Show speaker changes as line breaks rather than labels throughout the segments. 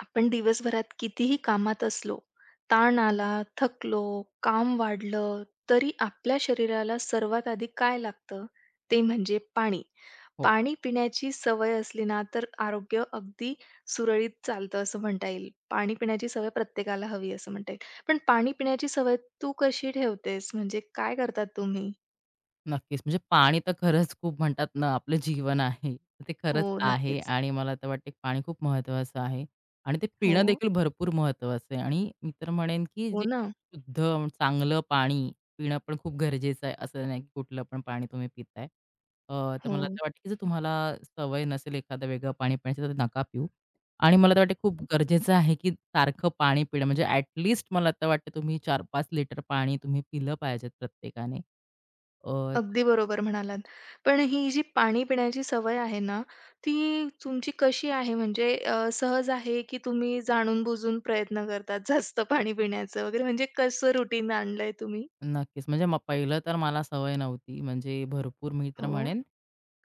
आपण दिवसभरात कितीही कामात असलो, ताण आला, थकलो, काम वाढलं, तरी आपल्या शरीराला सर्वात आधी काय लागतं? ते म्हणजे पाणी.
हो,
पाणी पिण्याची सवय असली ना, तर आरोग्य अगदी सुरळीत चालतं असं म्हणता येईल. पाणी पिण्याची सवय प्रत्येकाला हवी असं म्हणता येईल. पण पाणी पिण्याची सवय तू कशी ठेवतेस? म्हणजे काय करतात तुम्ही?
नक्कीच. म्हणजे पाणी तर खरंच खूप म्हणतात ना, आपलं जीवन आहे. तर ते
हो,
खरंच आहे
नक्कीच.
आणि मला तर वाटते पाणी खूप महत्त्वाचं आहे आणि ते
हो.
पिणं देखील भरपूर महत्त्वाचं आहे आणि मी तर म्हणेन, की
हो
जे
ना.
शुद्ध, चांगलं पाणी पिणं पण खूप गरजेचं आहे. असं नाही, की कुठलं पण पाणी तुम्ही पिताय. तर मला
हो.
तर वाटतं, की जर तुम्हाला सवय नसेल एखादं वेगळं पाणी पिण्याची, तर नका पिऊ. आणि मला तर वाटते खूप गरजेचं आहे, की सारखं पाणी पिणं म्हणजे ॲट लीस्ट मला तर वाटतं तुम्ही 4-5 लिटर पाणी तुम्ही पिलं पाहिजेत प्रत्येकाने. अ
अगदी बरोबर म्हणालात. पण ही जी पाणी पिण्याची सवय आहे ना, ती तुमची कशी आहे? म्हणजे सहज आहे की तुम्ही जाणून-बुजून प्रयत्न करतात जास्त पाणी पिण्याचं वगैरे म्हणजे कसं रुटीन आणलंय तुम्ही?
नक्कीच. म्हणजे मग पहिलं तर मला सवय नव्हती. म्हणजे भरपूर मी तर
हो,
म्हणेन,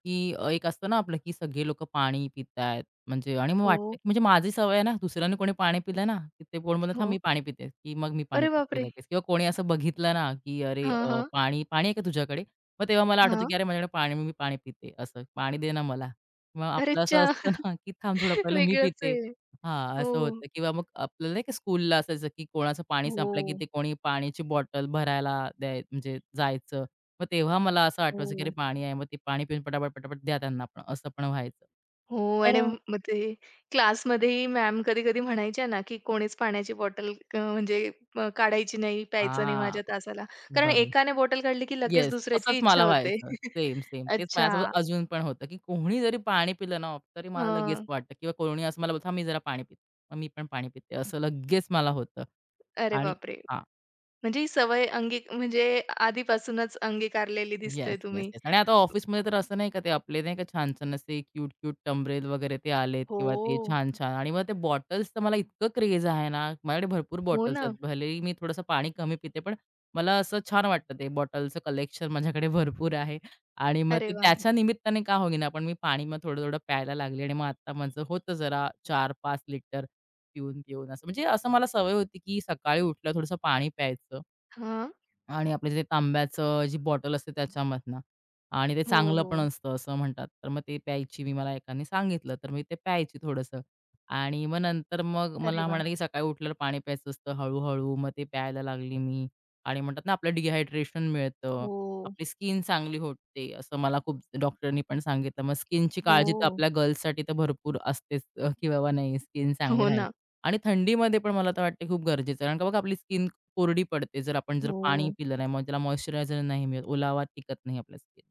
की एक असतं ना आपलं, की सगळे लोकं पाणी पितायत म्हणजे आणि मग वाटतं,
हो,
की म्हणजे माझी सवय आहे ना, दुसऱ्याने कोणी पाणी पिलं ना, की ते कोण म्हणतात, "हां,
हो.
मी पाणी पिते," की मग मी पाणी
अरे
पिते
बापरे!
लगेच किंवा कोणी असं बघितलं ना, की "अरे
हां, हां,
पाणी पाणी आहे का तुझ्याकडे?" मग तेव्हा मला आठवतं,
हां.
की "अरे माझ्याकडे पाणी मी पाणी पिते." असं, "पाणी दे ना मला." मग आपलं
अरेच्चा!
असं असतं ना, की "थांब थोडं पहिलं मी
वेगळंच
पिते."
आहे.
हां,
हो,
असं होतं किंवा मग आपल्याला नाही का स्कूलला असायचं, की कोणाचं पाणी संपलं, की
हो,
ते कोणी पाण्याची बॉटल भरायला द्याय म्हणजे जायचं. मग तेव्हा मला असं आठवायचं, की अरे
हो.
पाणी आहे. मग ते पाणी पिऊन पटापट, पटापट द्या त्यांना पण, असं पण व्हायचं.
हो आणि
तर अ,
मग ते क्लासमध्येही मॅम कधी-कधी म्हणायच्या ना, की कोणीच पाण्याची बॉटल म्हणजे काढायची नाही, प्यायचं नाही माझ्या तासाला. कारण
बरोबर.
एकाने बॉटल काढली की लगेच
येस, तसंच
दुसऱ्याची इच्छा
मला
होते.
व्हायचं. Same, same. तेच
अच्छा.
माझ्यासोबत अजून पण होतं, की कोणी जरी पाणी पिलं ना, तरी मला लगेच
हं.
वाटतं किंवा कोणी असं मला बोलतं, "हां, मी जरा पाणी पिते." मग मी पण पाणी पिते. असं लगेच मला होतं
अरे
आणि
बापरे!
हां.
म्हणजे ही सवय अंगी म्हणजे आधीपासूनच अंगीकारलेली दिसते
येस, येस,
तुम्ही.
येस. आणि आता ऑफिसमध्ये तर असं नाही का ते आपले नाही का छान-छान असे क्यूट-क्यूट टंबरेल वगैरे ते आलेत किंवा ते
हो.
छान-छान आणि मग ते बॉटल्सचं मला इतकं क्रेज आहे ना, माझ्याकडे भरपूर
हो
बॉटल्स
ना.
आहेत. भलेही मी थोडंसं पाणी कमी पिते, पण मला असं छान वाटतं ते बॉटलचं कलेक्शन माझ्याकडे भरपूर आहे आणि मग
अरे
ते
वाह!
त्याच्या निमित्ताने का होईना, पण मी पाणी मग थोडं-थोडं प्यायला लागले आणि मग आता माझं होतं जरा 4-5 लिटर पिऊन-पिऊन असं. म्हणजे असं मला सवय होती की सकाळी उठलं थोडंसं पाणी प्यायचं.
हां.
आणि आपलं जे तांब्याचं जी बॉटल असते त्याच्यामधनं आणि ते
हो,
चांगलं पण
हो.
असतं असं म्हणतात. तर मग ते प्यायची मी मला एकाने सांगितलं, तर मी ते प्यायची थोडंसं आणि मग नंतर मग
अरे
मला म्हणाले,
वाह!
की सकाळी उठल्यावर पाणी प्यायचं असतं हळू-हळू. मग ते प्यायला लागली मी आणि म्हणतात ना आपलं डिहायड्रेशन मिळतं,
हो,
आपली स्किन चांगली होते असं मला खूप डॉक्टरनी पण सांगितलं. मग स्किनची काळजी तर
हो.
आपल्या गर्ल्ससाठी तर भरपूर असतेच, की बाबा नाही स्किन चांगली
हो
राहील
ना.
आणि थंडीमध्ये पण मला तर वाटते खूप गरजेचं आहे. कारण का बघा आपली स्किन कोरडी पडते जर आपण जर पाणी
हो.
पिलं नाही, मग त्याला मॉइश्चरायझर नाही मिळत, ओलावा टिकत नाही आपल्या स्किन.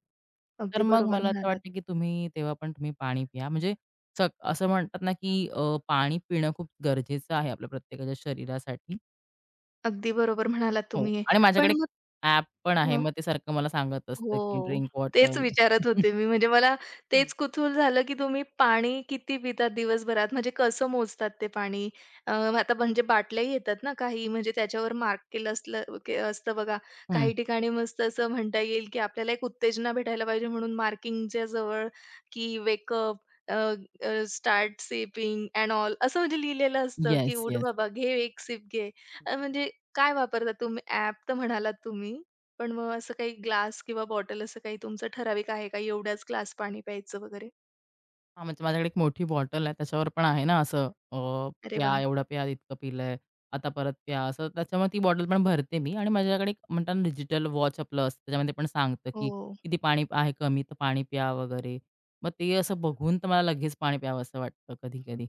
तर
अगदी
मग
बरोबर
मला तर
म्हणालात.
वाटतं की तुम्ही तेव्हा पण तुम्ही पाणी प्या. म्हणजे सक असं म्हणतात ना की पाणी पिणं खूप गरजेचं आहे आपल्या प्रत्येकाच्या शरीरासाठी.
अगदी बरोबर म्हणालात
हो
तुम्ही.
आणि
पण
माझ्याकडे
मग
ॲप पण आहे.
हं.
मग ते सारखं मला सांगत असतं की
हो.
Drink water.
तेच विचारत होते मी. म्हणजे मला
हं.
तेच कुतूहल झालं, की तुम्ही पाणी किती पितात दिवसभरात? म्हणजे कसं मोजतात ते पाणी? अ, आता म्हणजे बाटल्याही येतात ना काही म्हणजे त्याच्यावर मार्क केलं असलं असतं बघा. काही ठिकाणी मस्त असं म्हणता येईल, की आपल्याला एक उत्तेजना भेटायला पाहिजे म्हणून मार्किंगच्या जवळ, की "wake start sipping and all" असं म्हणजे लिहिलेलं असतं, की
येस,
"उठ
येस.
बाबा, घे एक सिप घे." म्हणजे काय वापरता तुम्ही ॲप तर म्हणालात तुम्ही? पण मग असं काही ग्लास किंवा बॉटल असं काही तुमचं ठराविक आहे का, एवढ्याच ग्लास पाणी प्यायचं वगैरे?
हां, म्हणजे माझ्याकडे एक मोठी बॉटल आहे. त्याच्यावर पण आहे ना असं अ,
अरे
प्या,
वाह!
एवढं प्या, इतकं पिलंय, आता परत प्या, असं त्याच्यामुळे ती बॉटल पण भरते मी आणि माझ्याकडे एक म्हणतात ना डिजिटल वॉच आपलं असतं, त्याच्यामध्ये पण सांगतं, की
हो.
किती पाणी आहे कमी, तर पाणी प्या वगैरे. मग ते असं बघून तर मला लगेच पाणी प्यावंसं वाटतं कधी-कधी.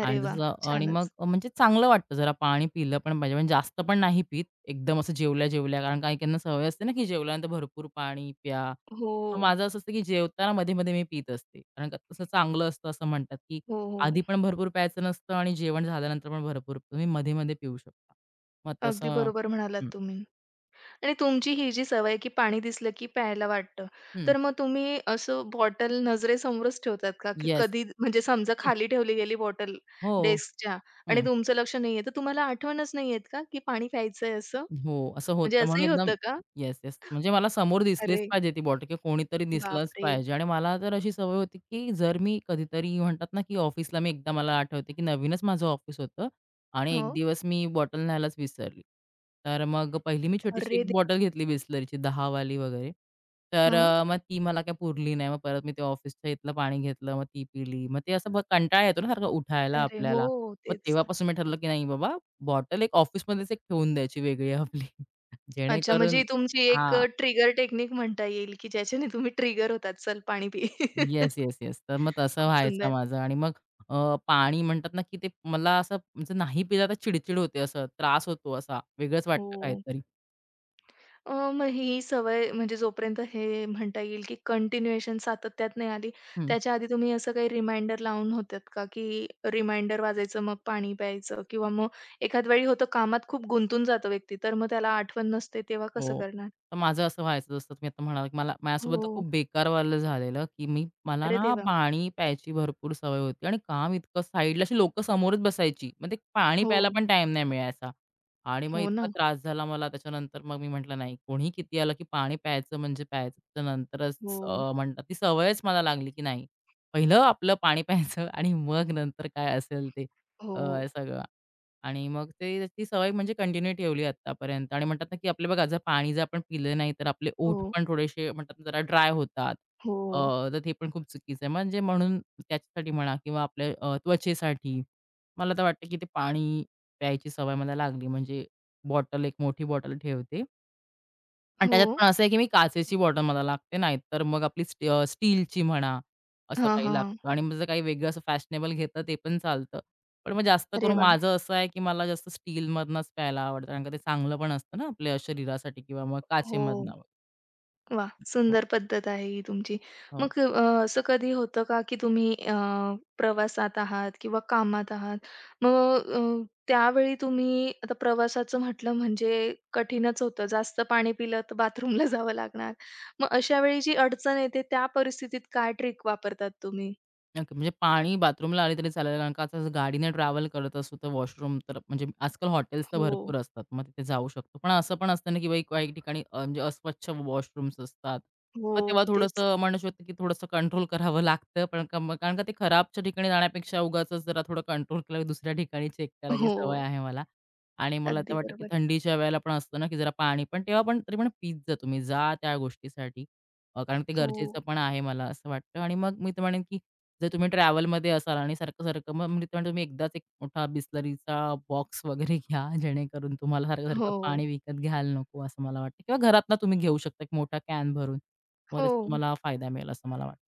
अरे
आणि
वाह!
जसं आणि मग
छानच.
म्हणजे चांगलं वाटतं जरा पाणी पिलं पण पाहिजे. म्हणजे जास्त पण नाही पीत, एकदम असं जेवल्या-जेवल्या कारण काही काहींना सवय असते ना, की जेवल्यानंतर भरपूर पाणी प्या
हो,
मग माझं असं असतं, की जेवताना मध्ये-मध्ये मी पीत असते. कारण का तसं चांगलं असतं असं म्हणतात, की
हो, हो.
आधी पण भरपूर प्यायचं नसतं आणि जेवण झाल्यानंतर पण भरपूर तुम्ही मध्ये-मध्ये पिऊ शकता. मग
अगदी
तसं
बरोबर म्हणालात तुम्ही. आणि तुमची ही जी सवय आहे, की पाणी दिसलं की प्यायला वाटतं. तर मग तुम्ही असं बॉटल नजरेसमोरच ठेवतात का, की
येस.
कधी म्हणजे समजा खाली ठेवली गेली बॉटल
हो.
डेस्कच्या आणि तुमचं लक्ष नाहीये, तर तुम्हाला आठवणच नाही येत का, की पाणी प्यायचंय असं?
हो, असं
म्हणजे
होतं म्हणून
असंही
एकदम
होतं का?
Yes, yes. म्हणजे मला समोर दिसलीच
अरे
पाहिजे ती बॉटल किंवा कोणीतरी दिसलंच
बापरे!
पाहिजे आणि मला तर अशी सवय होती, की जर मी कधीतरी म्हणतात ना, की ऑफिसला मी एकदा मला आठवते, की नवीनच माझं ऑफिस होतं आणि
हो.
एक दिवस मी बॉटल न्यायलाच विसरली. तर मग पहिली मी छोटीशी
अरे
एक बॉटल
देवा!
घेतली बिसलरीची 10 वगैरे.
हां.
मग ती मला काही पुरली नाही. मग परत मी ते ऑफिसच्या इथलं पाणी घेतलं, मग ती पिली. मग ते असं कंटाळा येतो ना सारखं उठायला
अरे हो,
आपल्याला. मग
तेच.
तेव्हापासून मी ठरवलं, की नाही बाबा बॉटल एक ऑफिसमध्येच एक ठेवून द्यायची वेगळी आपली.
अच्छा,
जेणेकरून
म्हणजे तुमची एक
हां.
ट्रिगर टेक्निक म्हणता येईल, की ज्याच्याने तुम्ही ट्रिगर होतात, "चल पाणी पी."
Yes, yes, yes. तर मग तसं
खूप
व्हायचं
सुंदर.
माझं आणि मग पाणी म्हणतात ना, की ते मला असं म्हणजे नाही पिलं तर चिडचिड होते, असं त्रास होतो असा, वेगळंच वाटतं
हो.
काहीतरी.
मग ही सवय म्हणजे जोपर्यंत हे म्हणता येईल, की कंटिन्युएशन सातत्यात नाही आली, त्याच्या आधी तुम्ही असं काही रिमाइंडर लावून होतात का, की रिमाइंडर वाजायचं, मग पाणी प्यायचं किंवा मग एखाद वेळी होतं कामात खूप गुंतून जातो व्यक्ती, तर मग त्याला आठवण नसते, तेव्हा कसं
हो.
करणार?
तर माझं असं व्हायचं जसं तुम्ही आता म्हणालात, की मला माझ्यासोबत तर खूप
हो.
बेकारवालं झालेलं, की मी मला
अरे
ना
देवा!
पाणी प्यायची भरपूर सवय होती आणि काम इतकं साईडला अशी लोकं समोरच बसायची. मग ते पाणी
हो.
प्यायला पण टाईम नाही मिळायचा आणि मग
हो
इतका
ना.
त्रास झाला मला त्याच्यानंतर मग मी म्हटलं नाही कोणीही किती आलं, की पाणी प्यायचं म्हणजे प्यायचं. त्याच्यानंतरच
हो.
म्हणतात ती सवयच मला लागली, की नाही पहिलं आपलं पाणी प्यायचं आणि मग नंतर काय असेल ते
हो.
सगळं. आणि मग ते त्याची सवय म्हणजे कंटिन्यू ठेवली आत्तापर्यंत आणि म्हणतात ना, की आपले बघा जर पाणी जर आपण पिलं नाही, तर आपले
हो.
ओठ पण थोडेसे म्हणतात ना, जरा ड्राय होतात.
हो.
अ, तर ते पण खूप चुकीचं आहे. म्हणजे म्हणून त्याच्यासाठी म्हणा किंवा आपल्या त्वचेसाठी मला तर वाटतं, की ते पाणी प्यायची सवय मला लागली. म्हणजे बॉटल एक मोठी बॉटल ठेवते आणि
हो.
त्याच्यात पण असं आहे, की मी काचेची बॉटल मला लागते. नाहीतर मग आपली स्टीलची म्हणा, असं
हां,
काही
हां.
लागतं आणि मग जर काही वेगळं असं फॅशनेबल घेतं ते पण चालतं. पण मग जास्त
अरे
करून
वाह!
माझं असं आहे, की मला जास्त स्टीलमधनंच प्यायला आवडतं. कारण का ते चांगलं पण असतं ना आपल्या शरीरासाठी किंवा मग
हो.
काचेमधनं.
वाह!
हो,
सुंदर पद्धत आहे ही तुमची.
हो.
मग असं कधी होतं का की तुम्ही प्रवासात आहात किंवा कामात आहात. मग अ, त्यावेळी तुम्ही आता प्रवासाचं म्हटलं म्हणजे कठीणच होतं. जास्त पाणी पिलं तर बाथरूमला जावं लागणार. मग अशा वेळी जी अडचण येते त्या परिस्थितीत काय ट्रिक वापरतात तुम्ही?
नक्की. म्हणजे पाणी बाथरूमला आले तरी चालेल, कारण का आता जर गाडीने ट्रॅव्हल करत असू तर वॉशरूम तर म्हणजे आजकाल हॉटेल्स तर
हो.
भरपूर असतात. मग तिथे जाऊ शकतो. पण असं पण असतं ना, की बाई काही ठिकाणी म्हणजे अस्वच्छ वॉशरूम्स असतात.
हो.
मग तेव्हा
तेच.
थोडंसं म्हणू शकतो, की थोडंसं कंट्रोल करावं लागतं. पण का मग कारण का ते खराबच्या ठिकाणी जाण्यापेक्षा उगाचच जरा थोडं कंट्रोल केलं, की दुसऱ्या ठिकाणी चेक करायची
हो.
सवय आहे मला. आणि मला तर
अगदी
वाटतं, की
बरोबर.
थंडीच्या वेळेला पण असतं ना, की जरा पाणी पण तेव्हा पण तरी पण पीत जा तुम्ही. जा त्या गोष्टीसाठी. कारण ते
हो.
गरजेचं पण आहे मला असं वाटतं. आणि मग मी तर म्हणेन, की जर तुम्ही ट्रॅव्हलमध्ये असाल आणि सारखं-सारखं मग म्हणजे तेव्हा तुम्ही एकदाच एक मोठा बिसलरीचा बॉक्स वगैरे घ्या, जेणेकरून तुम्हाला सारखं-सारखं
हो.
पाणी विकत घ्यायला नको असं मला वाटतं किंवा घरातनं तुम्ही घेऊ शकता एक मोठा कॅन भरून. मग त्याचा
हो.
तुम्हाला फायदा मिळेल असं मला वाटतं.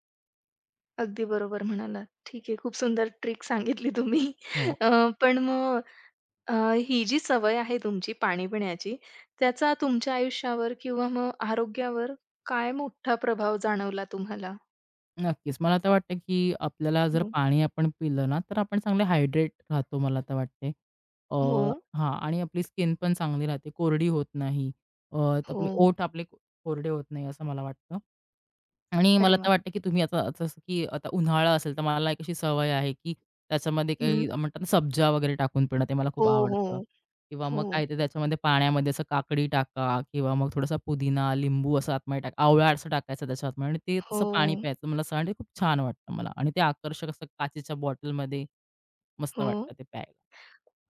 अगदी बरोबर म्हणालात. ठीक आहे. खूप सुंदर ट्रिक सांगितली तुम्ही.
हो,
पण मग अ, ही जी सवय आहे तुमची पाणी पिण्याची, त्याचा तुमच्या आयुष्यावर किंवा मग आरोग्यावर काय मोठा प्रभाव जाणवला तुम्हाला?
नक्कीच. मला तर वाटतं की आपल्याला जर
हो,
पाणी आपण पिलं ना, तर आपण चांगले हायड्रेट राहतो मला तर वाटते. अ,
हो,
हां आणि आपली स्किन पण चांगली राहते, कोरडी होत नाही. अ, त
हो.
आपले ओठ आपले कोरडे होत नाही असं मला वाटतं. आणि मला
अरे वाह!
तर वाटतं, की तुम्ही आता आता जसं की आता उन्हाळा असेल, तर मला एक अशी सवय आहे, की त्याच्यामध्ये
हं.
काही म्हणतात ना, सब्जा वगैरे टाकून पिणं, ते मला खूप
हो, हो,
आवडतं किंवा मग
हो,
काय ते त्याच्यामध्ये पाण्यामध्ये असं काकडी टाका किंवा मग थोडासा पुदिना, लिंबू असं आतमध्ये टाका, आवळा असं टाकायचं त्याच्या आतमध्ये आणि ते तसं पाणी
हो,
प्यायचं. मला असं आणि खूप छान वाटतं मला आणि ते आकर्षक असं काचेच्या बॉटलमध्ये मस्त
हो.
वाटतं ते प्यायला.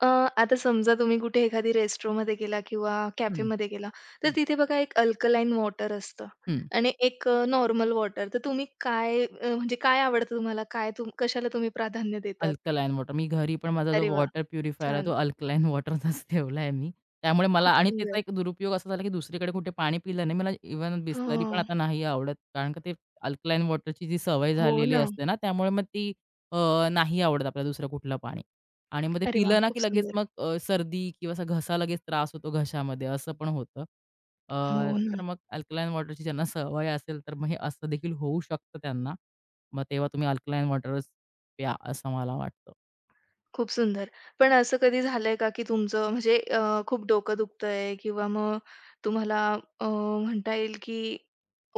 अ, आता समजा तुम्ही कुठे एखादी रेस्ट्रोमध्ये गेला किंवा
हं,
कॅफेमध्ये गेला, तर
हं,
तिथे बघा एक अल्कलाईन वॉटर असतं
हं.
आणि एक नॉर्मल वॉटर. तर तुम्ही काय म्हणजे काय आवडतं तुम्हाला? काय कशाला तुम्ही प्राधान्य देतात?
Alkaline water. मी घरी पण माझा जो
अरे वा,
वॉटर प्युरिफायर आहे, तो
छान.
अल्कलाईन वॉटरचाच ठेवला आहे मी. त्यामुळे मला
खूप
आणि त्याचा
सुंदर.
एक दुरुपयोग असा झाला, की दुसरीकडे कुठे पाणी पिलं नाही. मला इव्हन बिसलरी पण
हां.
आता नाही आवडत. कारण का ते अल्कलाईन वॉटरची जी सवय
हो
झालेली
ना.
असते ना, त्यामुळे मग ती अ, नाही आवडत आपल्याला दुसरं कुठलं पाणी. आणि मग ते
अरे वाह!
पिलं ना,
खूप
की लगेच
सुंदर.
मग सर्दी किंवा असा घसा लगेच त्रास होतो घशामध्ये असं पण होतं. अ,
हो
तर
ना.
मग अल्कलाईन वॉटरची ज्यांना सवय असेल, तर मग हे असं देखील होऊ शकतं त्यांना. मग तेव्हा तुम्ही अल्कलाईन वॉटर प्या, असं मला वाटतं.
खूप सुंदर. पण असं कधी झालंय का, की तुमचं म्हणजे खूप डोकं दुखतंय किंवा मग तुम्हाला म्हणता येईल, की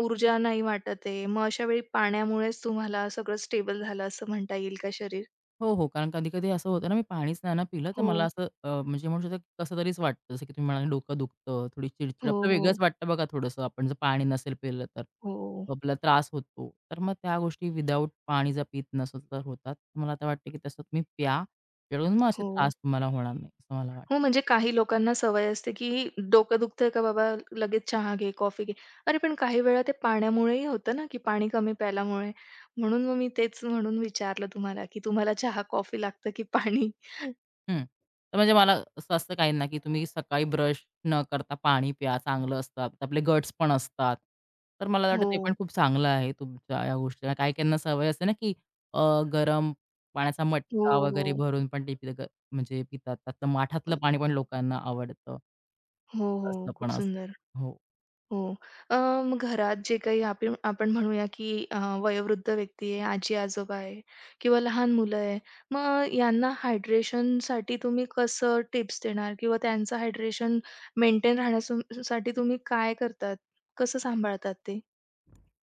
ऊर्जा नाही वाटत आहे. मग अशा वेळी पाण्यामुळेच तुम्हाला सगळं स्टेबल झालं असं म्हणता येईल का शरीर?
हो, हो. कारण कधी-कधी असं होतं ना, मी पाणीच नाही ना पिलं, तर
हो.
मला असं म्हणजे म्हणू शकतो, कसं तरीच वाटतं. जसं की तुम्ही म्हणाले डोकं दुखतं, थोडी चिडचिड
हो,
आपलं
हो.
वेगळंच वाटतं बघा थोडंसं, आपण जर पाणी नसेल पिलं तर.
हो,
आपला त्रास होतो. तर मग त्या गोष्टी विदाऊट पाणी जर पीत नसेल तर होतात. मला तर वाटतं, की तसं तुम्ही प्या, जेणेकरून मग असे
हो.
त्रास तुम्हाला होणार नाही, असं मला वाटतं.
हो, म्हणजे काही लोकांना सवय असते, की डोकं दुखतंय का बाबा लगेच चहा घे, कॉफी घे. अरे पण काही वेळा ते पाण्यामुळेही होतं ना, की पाणी कमी प्यायल्यामुळे. म्हणून मग मी तेच म्हणून विचारलं तुम्हाला, की तुम्हाला चहा, कॉफी लागतं की पाणी?
हं. तर म्हणजे मला असं असतं काही ना, की तुम्ही सकाळी ब्रश न करता पाणी प्या, चांगलं असतं. आपले गट्स पण असतात. तर मला वाटतं ते पण
हो,
खूप चांगलं आहे तुमच्या या गोष्टीला. काही-काहींना सवय असते ना, की अ, गरम पाण्याचा
हो,
मटका
हो.
वगैरे भरून पण ते पि ग म्हणजे पितात. त्यातलं
अ,
माठातलं पाणी पण लोकांना आवडतं.
हो, हो.
असं
खूप
पण
सुंदर.
असतं. हो.
हो. अ, मग घरात जे काही आपण आपण म्हणूया की वयोवृद्ध व्यक्ती आहे, आजी-आजोबा आहे किंवा लहान मुलं आहे. मग यांना हायड्रेशनसाठी तुम्ही कसं टिप्स देणार किंवा त्यांचं हायड्रेशन मेंटेन राहण्यासाठी तुम्ही काय करतात? कसं सांभाळतात ते?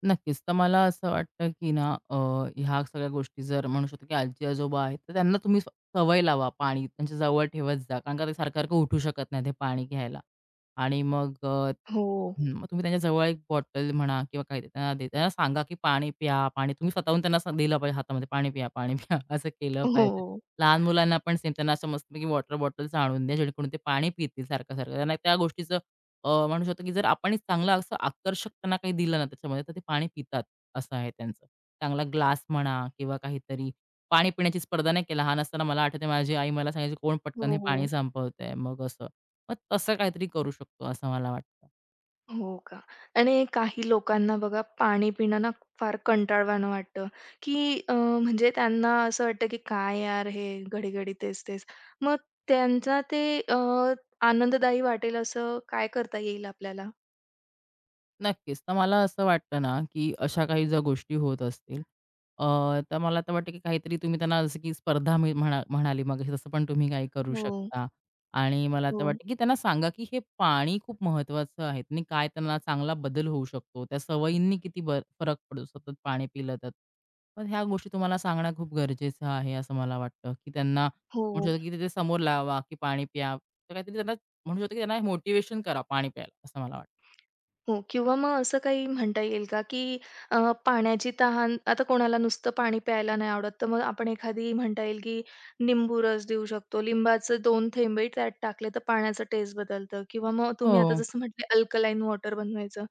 नक्कीच. तर मला असं वाटतं, की ना ह्या सगळ्या गोष्टी जर म्हणू शकतो, की आजी-आजोबा आहेत, तर त्यांना तुम्ही सवय लावा पाणी त्यांच्या जवळ ठेवत जा. कारण का ते सारखं-सारखं उठू शकत नाही ते पाणी घ्यायला. आणि मग
हो.
हं, मग तुम्ही त्यांच्या जवळ एक बॉटल म्हणा किंवा काही ते त्यांना दे त्यांना सांगा, की पाणी प्या, पाणी तुम्ही स्वतःहून त्यांना असं दिलं पाहिजे हातामध्ये, "पाणी प्या, पाणी प्या." असं केलं
हो.
पाहिजे. लहान मुलांना पण सेम त्यांना असं मस्तपैकी वॉटर बॉटल्स आणून द्या, जेणेकरून ते पाणी पितील सारखं-सारखं. त्यांना त्या गोष्टीचं म्हणू शकतो की जर आपणच चांगला असं आकर्षक त्यांना काही दिलं ना त्याच्यामध्ये, तर ते पाणी पितात, असं आहे त्यांचं. चांगला ग्लास म्हणा किंवा काहीतरी पाणी पिण्याची स्पर्धा नाही केला. लहान असताना मला आठवते माझी आई मला सांगायची, "कोण पटकन
हो,
हे पाणी
हो.
संपवतंय?" मग असं. मग तसं काहीतरी करू शकतो असं मला वाटतं.
हो का? आणि काही लोकांना बघा पाणी पिणं ना फार कंटाळवाणं वाटतं, की म्हणजे त्यांना असं वाटतं, की "काय यार हे घडी-घडी तेच-तेच." मग त्यांचा ते अ, आनंददायी वाटेल असं काय करता येईल आपल्याला?
नक्कीच. तर मला असं वाटतं ना, की अशा काही ज्या गोष्टी होत असतील, अ, तर मला तर वाटतं, की काहीतरी तुम्ही त्यांना जसं की स्पर्धा मी म्हणा म्हणाली मगाशी तसं पण तुम्ही काही करू
हो,
शकता. आणि मला
हो,
तर वाटतं, की त्यांना सांगा, की हे पाणी खूप महत्त्वाचं आहे आणि काय त्यांना चांगला बदल होऊ शकतो. त्या सवयींनी किती बर फरक पडतो सतत पाणी पिलं तर. पण ह्या गोष्टी तुम्हाला सांगणं खूप गरजेचं आहे असं मला वाटतं, की त्यांना म्हणू
हो.
शकतो, की ते ते समोर लावा, की पाणी प्या. तर काहीतरी त्यांना म्हणू शकतो, की त्यांना मोटिव्हेशन करा पाणी प्यायला असं मला वाटतं.
हो किंवा मग असं काही म्हणता येईल का, की पाण्याची तहान आता कोणाला नुसतं पाणी प्यायला नाही आवडत, तर मग आपण एखादी म्हणता येईल, की लिंबू रस देऊ शकतो. लिंबाचे 2 थेंबही त्यात टाकले, तर पाण्याचं टेस्ट बदलतं किंवा मग तुम्ही आता
हो.
जसं म्हटले अल्कलाईन वॉटर बनवायचं.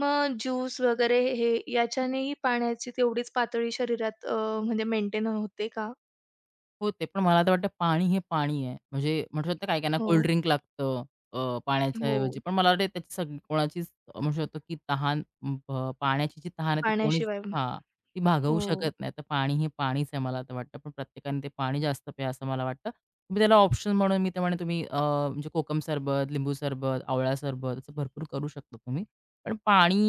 मग ज्यूस वगैरे हे याच्यानेही पाण्याची तेवढीच पातळी शरीरात म्हणजे मेंटेन होते का?
हो, ते पण मला तर वाटतं पाणी हे पाणी आहे. म्हणजे म्हणू शकतो काही काहींना
हो,
कोल्ड ड्रिंक लागतं पाण्याच्या
हो.
ऐवजी. पण मला वाटतं त्याची सग कोणाचीच म्हणू शकतो की तहान पाण्याची जी तहान आहे ती कोणीच
पाण्याशिवाय हो,
हां, ती भागवू शकत नाही. तर पाणी हे पाणीच आहे मला तर वाटतं. पण प्रत्येकाने ते पाणी जास्त प्या असं मला वाटतं. तुम्ही त्याला ऑप्शन म्हणून मी तर म्हणेन तुम्ही म्हणजे कोकम सरबत, लिंबू सरबत, आवळा सरबत असं भरपूर करू शकता तुम्ही. पण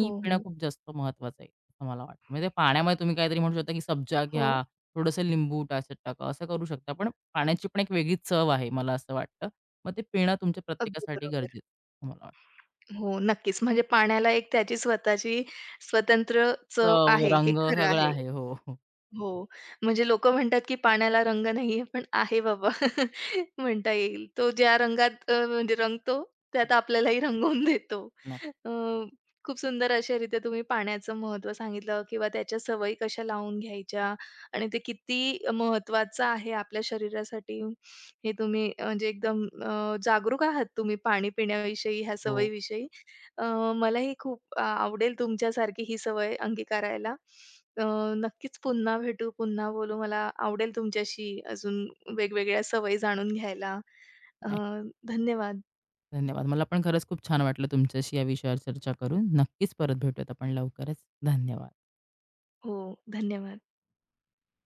हो,
पिणं
हो.
खूप जास्त महत्त्वाचं आहे असं मला वाटतं. म्हणजे ते पाण्यामध्ये तुम्ही काहीतरी म्हणू शकता की सब्जा
हो,
घ्या थोडंसं लिंबू त्याच्यात टाका, असं करू शकता. पण पाण्याची पण एक वेगळी चव आहे, मला असं वाटतं. मग ते पिणं तुमच्या
अगदी
प्रत्येकासाठी
बरोबर.
गरजेचं मला वाटतं.
हो, नक्कीच. म्हणजे पाण्याला एक त्याची स्वतःची स्वतंत्र चव
चव,
आहे, हे
रंग
खरं
सगळं
आहे.
आहे. हो, हो.
हो, म्हणजे लोकं म्हणतात, की पाण्याला रंग नाहीये, पण आहे बाबा म्हणता येईल. तो ज्या रंगात म्हणजे रंगतो,
हं,
त्यात आपल्यालाही रंगवून देतो.
नक्की.
अ, खूप सुंदर अशारीत्या तुम्ही पाण्याचं महत्त्व सांगितलं किंवा त्याच्या सवयी कशा लावून घ्यायच्या आणि ते किती महत्त्वाचं आहे आपल्या शरीरासाठी, हे तुम्ही म्हणजे एकदम जागरूक आहात तुम्ही पाणी पिण्याविषयी, ह्या
हो,
सवयीविषयी. अ, मलाही खूप आवडेल तुमच्यासारखी ही सवय अंगीकारायला. अ, नक्कीच पुन्हा भेटू, पुन्हा बोलू. मला आवडेल तुमच्याशी अजून वेगवेगळ्या सवयी जाणून घ्यायला. अ,
नक्की.
धन्यवाद.
धन्यवाद. मला पण खरंच खूप छान वाटलं तुमच्याशी या विषयावर चर्चा करून. नक्कीच परत भेटूयात आपण लवकरच. धन्यवाद.
हो, धन्यवाद.